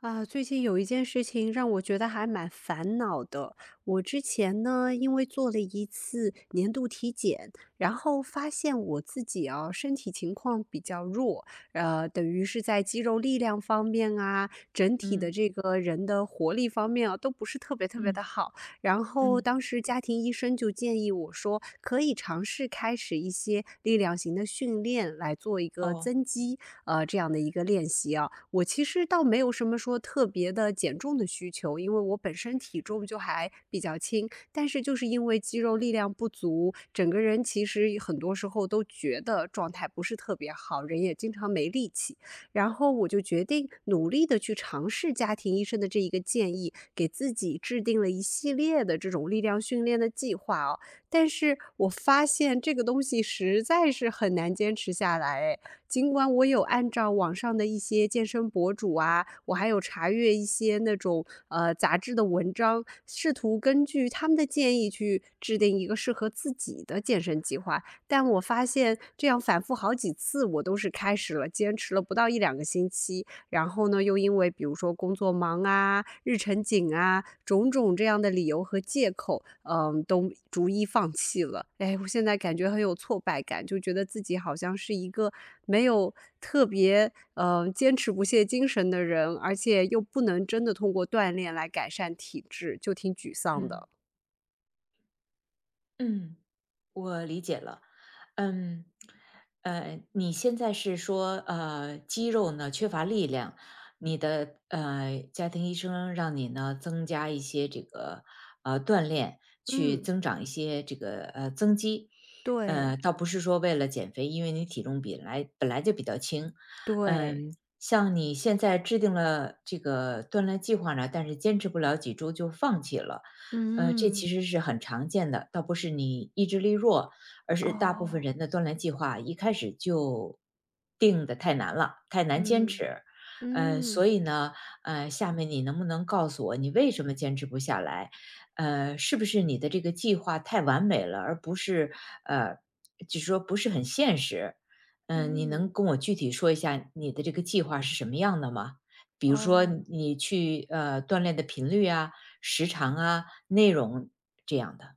最近有一件事情让我觉得还蛮烦恼的。我之前呢，因为做了一次年度体检，然后发现我自己啊，身体情况比较弱，等于是在肌肉力量方面啊，整体的嗯这个人的活力方面啊，都不是特别嗯的好。然后嗯，当时家庭医生就建议我说，可以尝试开始一些力量型的训练来做一个哦，增肌，这样的一个练习啊。我其实倒没有什么说特别的减重的需求，因为我本身体重就还比较轻，但是就是因为肌肉力量不足，整个人其实很多时候都觉得状态不是特别好，人也经常没力气。然后我就决定努力的去尝试家庭医生的这一个建议，给自己制定了一系列的这种力量训练的计划哦。但是我发现这个东西实在是很难坚持下来，尽管我有按照网上的一些健身博主啊，我还有查阅一些那种杂志的文章，试图根据他们的建议去制定一个适合自己的健身计划。但我发现这样反复好几次，我都是开始了，坚持了不到一两个星期，然后呢，又因为比如说工作忙啊、日程紧啊，种种这样的理由和借口，嗯，都逐一放弃了。哎，我现在感觉很有挫败感，就觉得自己好像是一个没有特别，坚持不懈精神的人，而且又不能真的通过锻炼来改善体质，就挺沮丧嗯的。嗯，我理解了。嗯，你现在是说，肌肉呢缺乏力量，你的家庭医生让你呢增加一些这个锻炼，去嗯。增长一些这个增肌。对，倒不是说为了减肥，因为你体重本来就比较轻。对。嗯，像你现在制定了这个锻炼计划呢，但是坚持不了几周就放弃了。这其嗯。实是很常见的，倒不是你意志力弱，而是大部分哦。人的锻炼计划一开始就定的太难了，太难坚嗯。持。所嗯。以呢，下面你能不能告诉我，你为什么坚持不下来？是不是你的这个计划太完美了，而不是呃，就是说不是很现实？嗯、你嗯。能跟我具体说一下你的这个计划是什么样的吗？比如说哦。你去锻炼的频率啊、时长啊，内容这样的。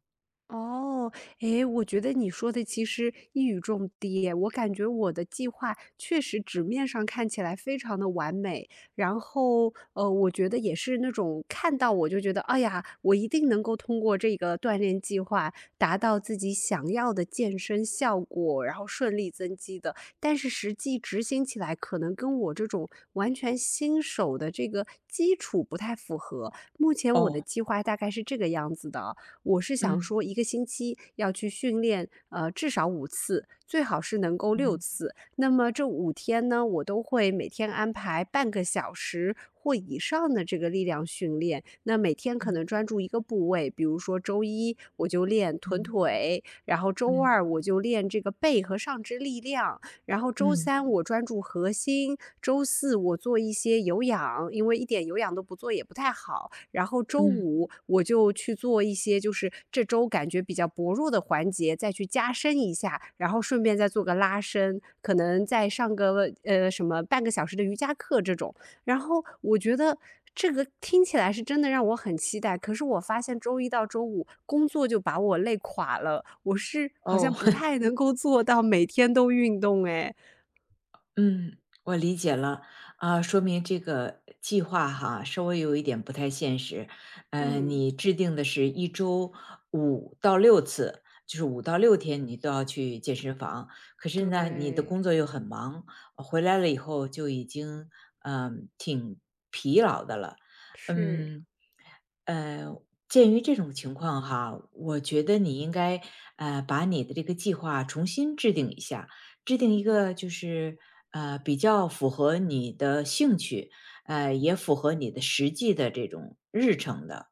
哦。诶，我觉得你说的其实一语中的耶，我感觉我的计划确实纸面上看起来非常的完美，然后我觉得也是那种看到我就觉得，哎呀，我一定能够通过这个锻炼计划达到自己想要的健身效果，然后顺利增肌的。但是实际执行起来，可能跟我这种完全新手的这个基础不太符合。目前我的哦，计划大概是这个样子的。我是想嗯，说，一个星期要去训练，至少五次，最好是能够六嗯，次。那么这五天呢，我都会每天安排半个小时或以上的这个力量训练。那每天可能嗯，专注一个部位，比如说周一我就练臀嗯，腿，然后周嗯，二我就练这个背和上肢力量，然后周嗯，三我专注核心，周四我做一些有氧，因为一点有氧都不做也不太好。然后周嗯，五我就去做一些就是这周感觉比较薄弱的环节，再去加深一下，然后顺便再做个拉伸，可能再上个什么半个小时的瑜伽课这种。然后我觉得这个听起来是真的让我很期待，可是我发现周一到周五工作就把我累垮了，我是好像不哦。太能够做到每天都运动诶。嗯，我理解了，啊，说明这个计划哈，稍微有一点不太现实。嗯，嗯。你制定的是一周五到六次，就是5到6天你都要去健身房。可是呢，你的工对。作又很忙，回来了以后就已经挺疲劳的了。是。嗯，呃，鉴于这种情况哈，我觉得你应该，把你的这个计划重新制定一下。制定一个就是比较符合你的兴趣，也符合你的实际的这种日程的，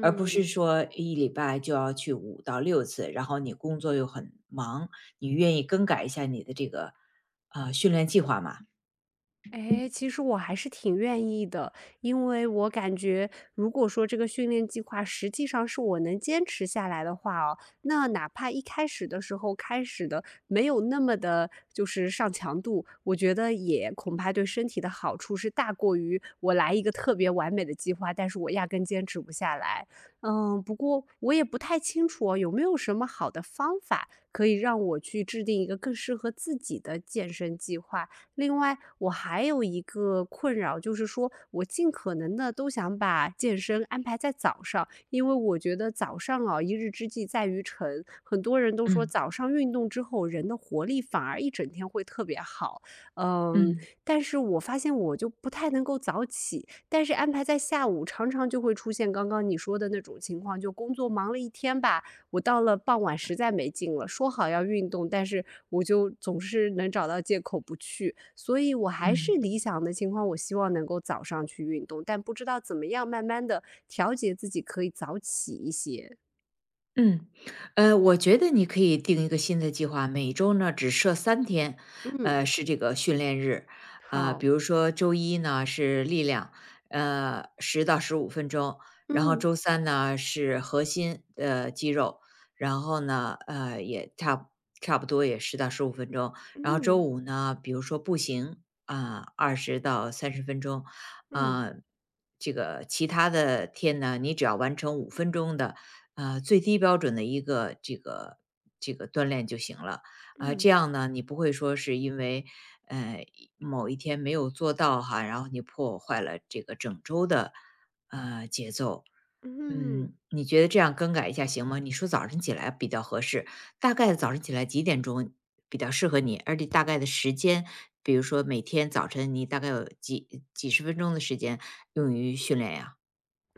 而不是说一礼拜就要去五到六次，然后你工作又很忙，你愿意更改一下你的这个训练计划吗？哎，其实我还是挺愿意的，因为我感觉如果说这个训练计划实际上是我能坚持下来的话哦，那哪怕一开始的时候开始的没有那么的，就是上强度，我觉得也恐怕对身体的好处是大过于我来一个特别完美的计划，但是我压根坚持不下来。嗯，不过我也不太清楚哦，有没有什么好的方法可以让我去制定一个更适合自己的健身计划？另外，我还有一个困扰，就是说我尽可能的都想把健身安排在早上，因为我觉得早上啊，一日之计在于晨，很多人都说嗯早上运动之后，人的活力反而一整天会特别好。嗯，嗯但是我发现我就不太能够早起，但是安排在下午，常常就会出现刚刚你说的那种情况，就工作忙了一天吧。我到了傍晚实在没劲了，说好要运动，但是我就总是能找到借口不去。所以我还是嗯。理想的情况，我希望能够早上去运动，但不知道怎么样慢慢的调节自己，可以早起一些。嗯，我觉得你可以定一个新的计划，每周呢只设3天，嗯。是这个训练日，啊、好。比如说周一呢是力量，十到十五分钟，然后嗯。周三呢是核心肌肉，然后呢也差不多也十到十五分钟，嗯。然后周嗯。五呢，比如说步行啊，20到30分钟，嗯。啊、这个其他的天呢，你只要完成五分钟的。最低标准的一个这个锻炼就行了。啊，这嗯。样呢，你不会说是因为，呃，某一天没有做到哈，然后你破坏了这个整周的，节奏。嗯。嗯，你觉得这样更改一下行吗？你说早晨起来比较合适，大概早晨起来几点钟比较适合你？而且大概的时间，比如说每天早晨你大概有几十分钟的时间用于训练呀？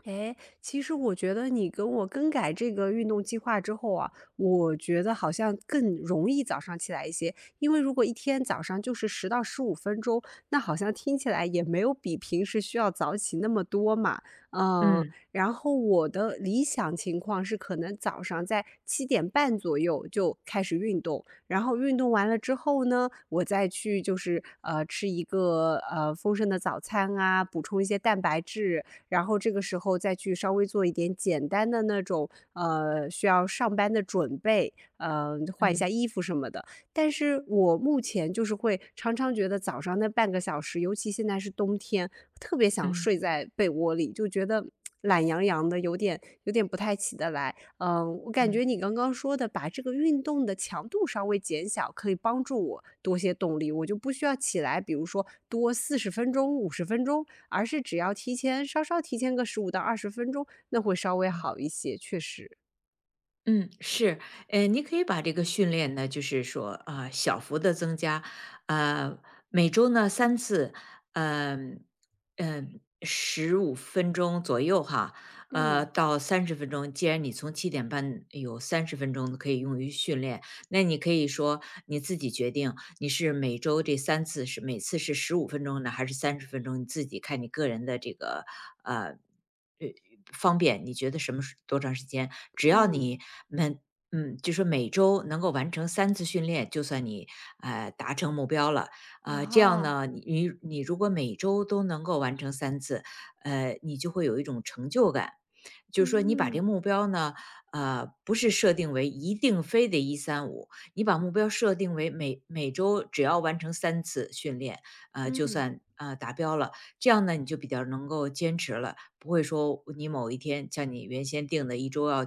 哎，其实我觉得你跟我更改这个运动计划之后啊，我觉得好像更容易早上起来一些。因为如果一天早上就是10到15分钟，那好像听起来也没有比平时需要早起那么多嘛。嗯，嗯然后我的理想情况是可能早上在7点半左右就开始运动，然后运动完了之后呢，我再去就是，吃一个，丰盛的早餐啊，补充一些蛋白质，然后这个时候再去稍微做一点简单的那种，需要上班的准备，嗯，换一下嗯衣服什么的。但是我目前就是会常常觉得早上那半个小时，尤其现在是冬天，特别想嗯睡嗯在被窝里，就觉得懒洋洋的，有点不太起得来。嗯，我感觉嗯。你刚刚说的把这个运动的强度稍微减小，可以帮助我多些动力，我就不需要起来，比如说多40分钟、50分钟，而是只要提前稍稍提前个15到20分钟，那会稍微嗯好一些，确实。嗯，是，你可以把这个训练呢，就是说，啊、小幅的增加，呃，每周呢三次，嗯、嗯，十五分钟左右哈，嗯。到三十分钟。既然你从7:30有三十分钟可以用于训练，那你可以说你自己决定，你是每周这三次是每次是十五分钟呢，还是三十分钟，你自己看你个人的这个，呃，呃，方便，你觉得什么时多长时间，只要嗯。你们就说每周能够完成三次训练，就算你，达成目标了。这样啊。呢，你如果每周都能够完成三次，你就会有一种成就感。就是说你把这个嗯。目标呢不是设定为一定非得一三五，你把目标设定为每周只要完成三次训练，就嗯。算达标了。这样呢，你就比较能够坚持了，不会说你某一天像你原先定的一周要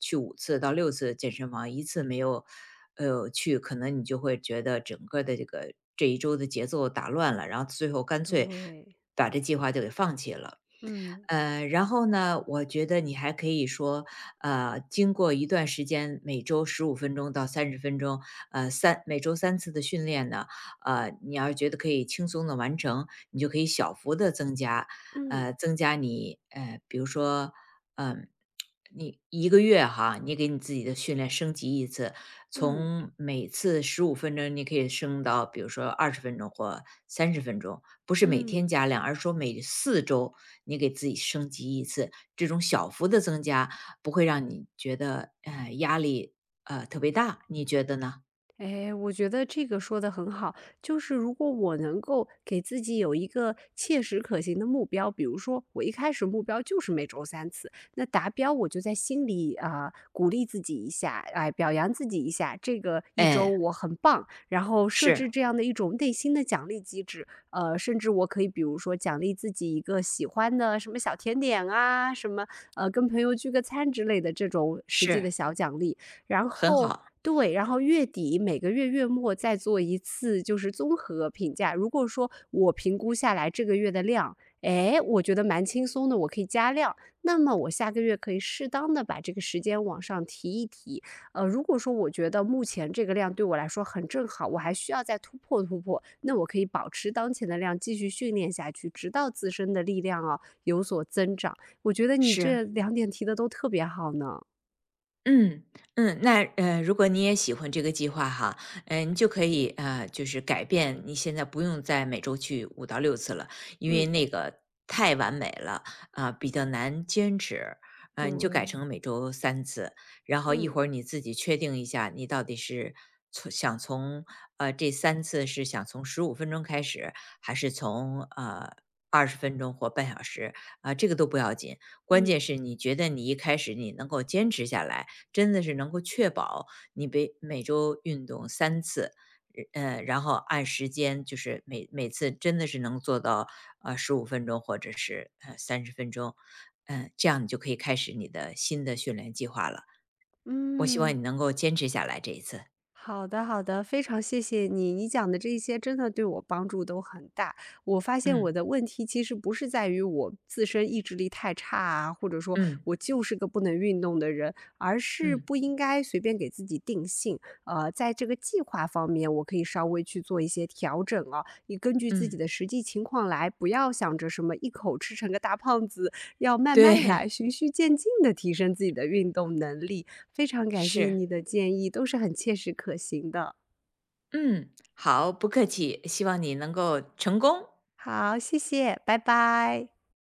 去5次到6次健身房，一次没有，去，可能你就会觉得整个的这一周的节奏打乱了，然后最后干脆对。把这计划就给放弃了。嗯。然后呢，我觉得你还可以说，经过一段时间，每周15分钟到30分钟，每周三次的训练呢，你要是觉得可以轻松的完成，你就可以小幅的增加，嗯。增加你，比如说，嗯，你一个月哈，你给你自己的训练升级一次，嗯。从每次十五分钟，你可以升到比如说二十分钟或三十分钟，不是每嗯。天加量，而是说每4周你给自己升级一次。这种小幅的增加不会让你觉得，压力，特别大，你觉得呢？哎，我觉得这个说的很好，就是如果我能够给自己有一个切实可行的目标，比如说我一开始目标就是每周三次，那达标我就在心里啊、鼓励自己一下，哎，表扬自己一下，这个一周哎，我很棒，然后设是，置这样的一种内心的奖励机制，甚至我可以比如说奖励自己一个喜欢的什么小甜点啊，什么跟朋友聚个餐之类的这种实际是，的小奖励，然很后好，对，然后月底每个月月末再做一次，就是综合评价。如果说我评估下来这个月的量，哎，我觉得蛮轻松的，我可以加量，那么我下个月可以适当的把这个时间往上提一提。如果说我觉得目前这个量对我来说很正好，我还需要再突破突破，那我可以保持当前的量继续训练下去，直到自身的力量啊有所增长。我觉得你是。这两点提的都特别好呢。嗯嗯，那如果你也喜欢这个计划哈，嗯、你就可以就是改变你现在不用再每周去五到六次了，因为嗯。那个太完美了啊、比较难坚持。啊、你就改对。成每周三次，然后一嗯。会儿你自己确定一下，你到底是想从这三次是想从十五分钟开始，还是从二十分钟或半小时啊、这个都不要紧，关嗯。键是你觉得你一开始你能够坚持下来，真的是能够确保你每周运动三次，然后按时间就是每次真的是能做到，十五分钟或者是，三十分钟，嗯，这样你就可以开始你的新的训练计划了。我希望嗯。你能够坚持下来这一次。好的好的，非常谢谢你，你讲的这些真的对我帮助都很大。我发现我嗯，的问题其实不是在于我自身意志力太差啊，或者说嗯，我就是个不能运动的人，而是嗯，不应该随便给自己定性。在这个计划方面，我可以稍微去做一些调整啊，你根据自己嗯，的实际情况来，不要想着什么一口吃成个大胖子，要慢慢对，来，循序渐进的提升自己的运动能力。非常 感谢是，你的建议，都是很切实可行的。嗯，好，不客气，希望你能够成功。好，谢谢，拜拜。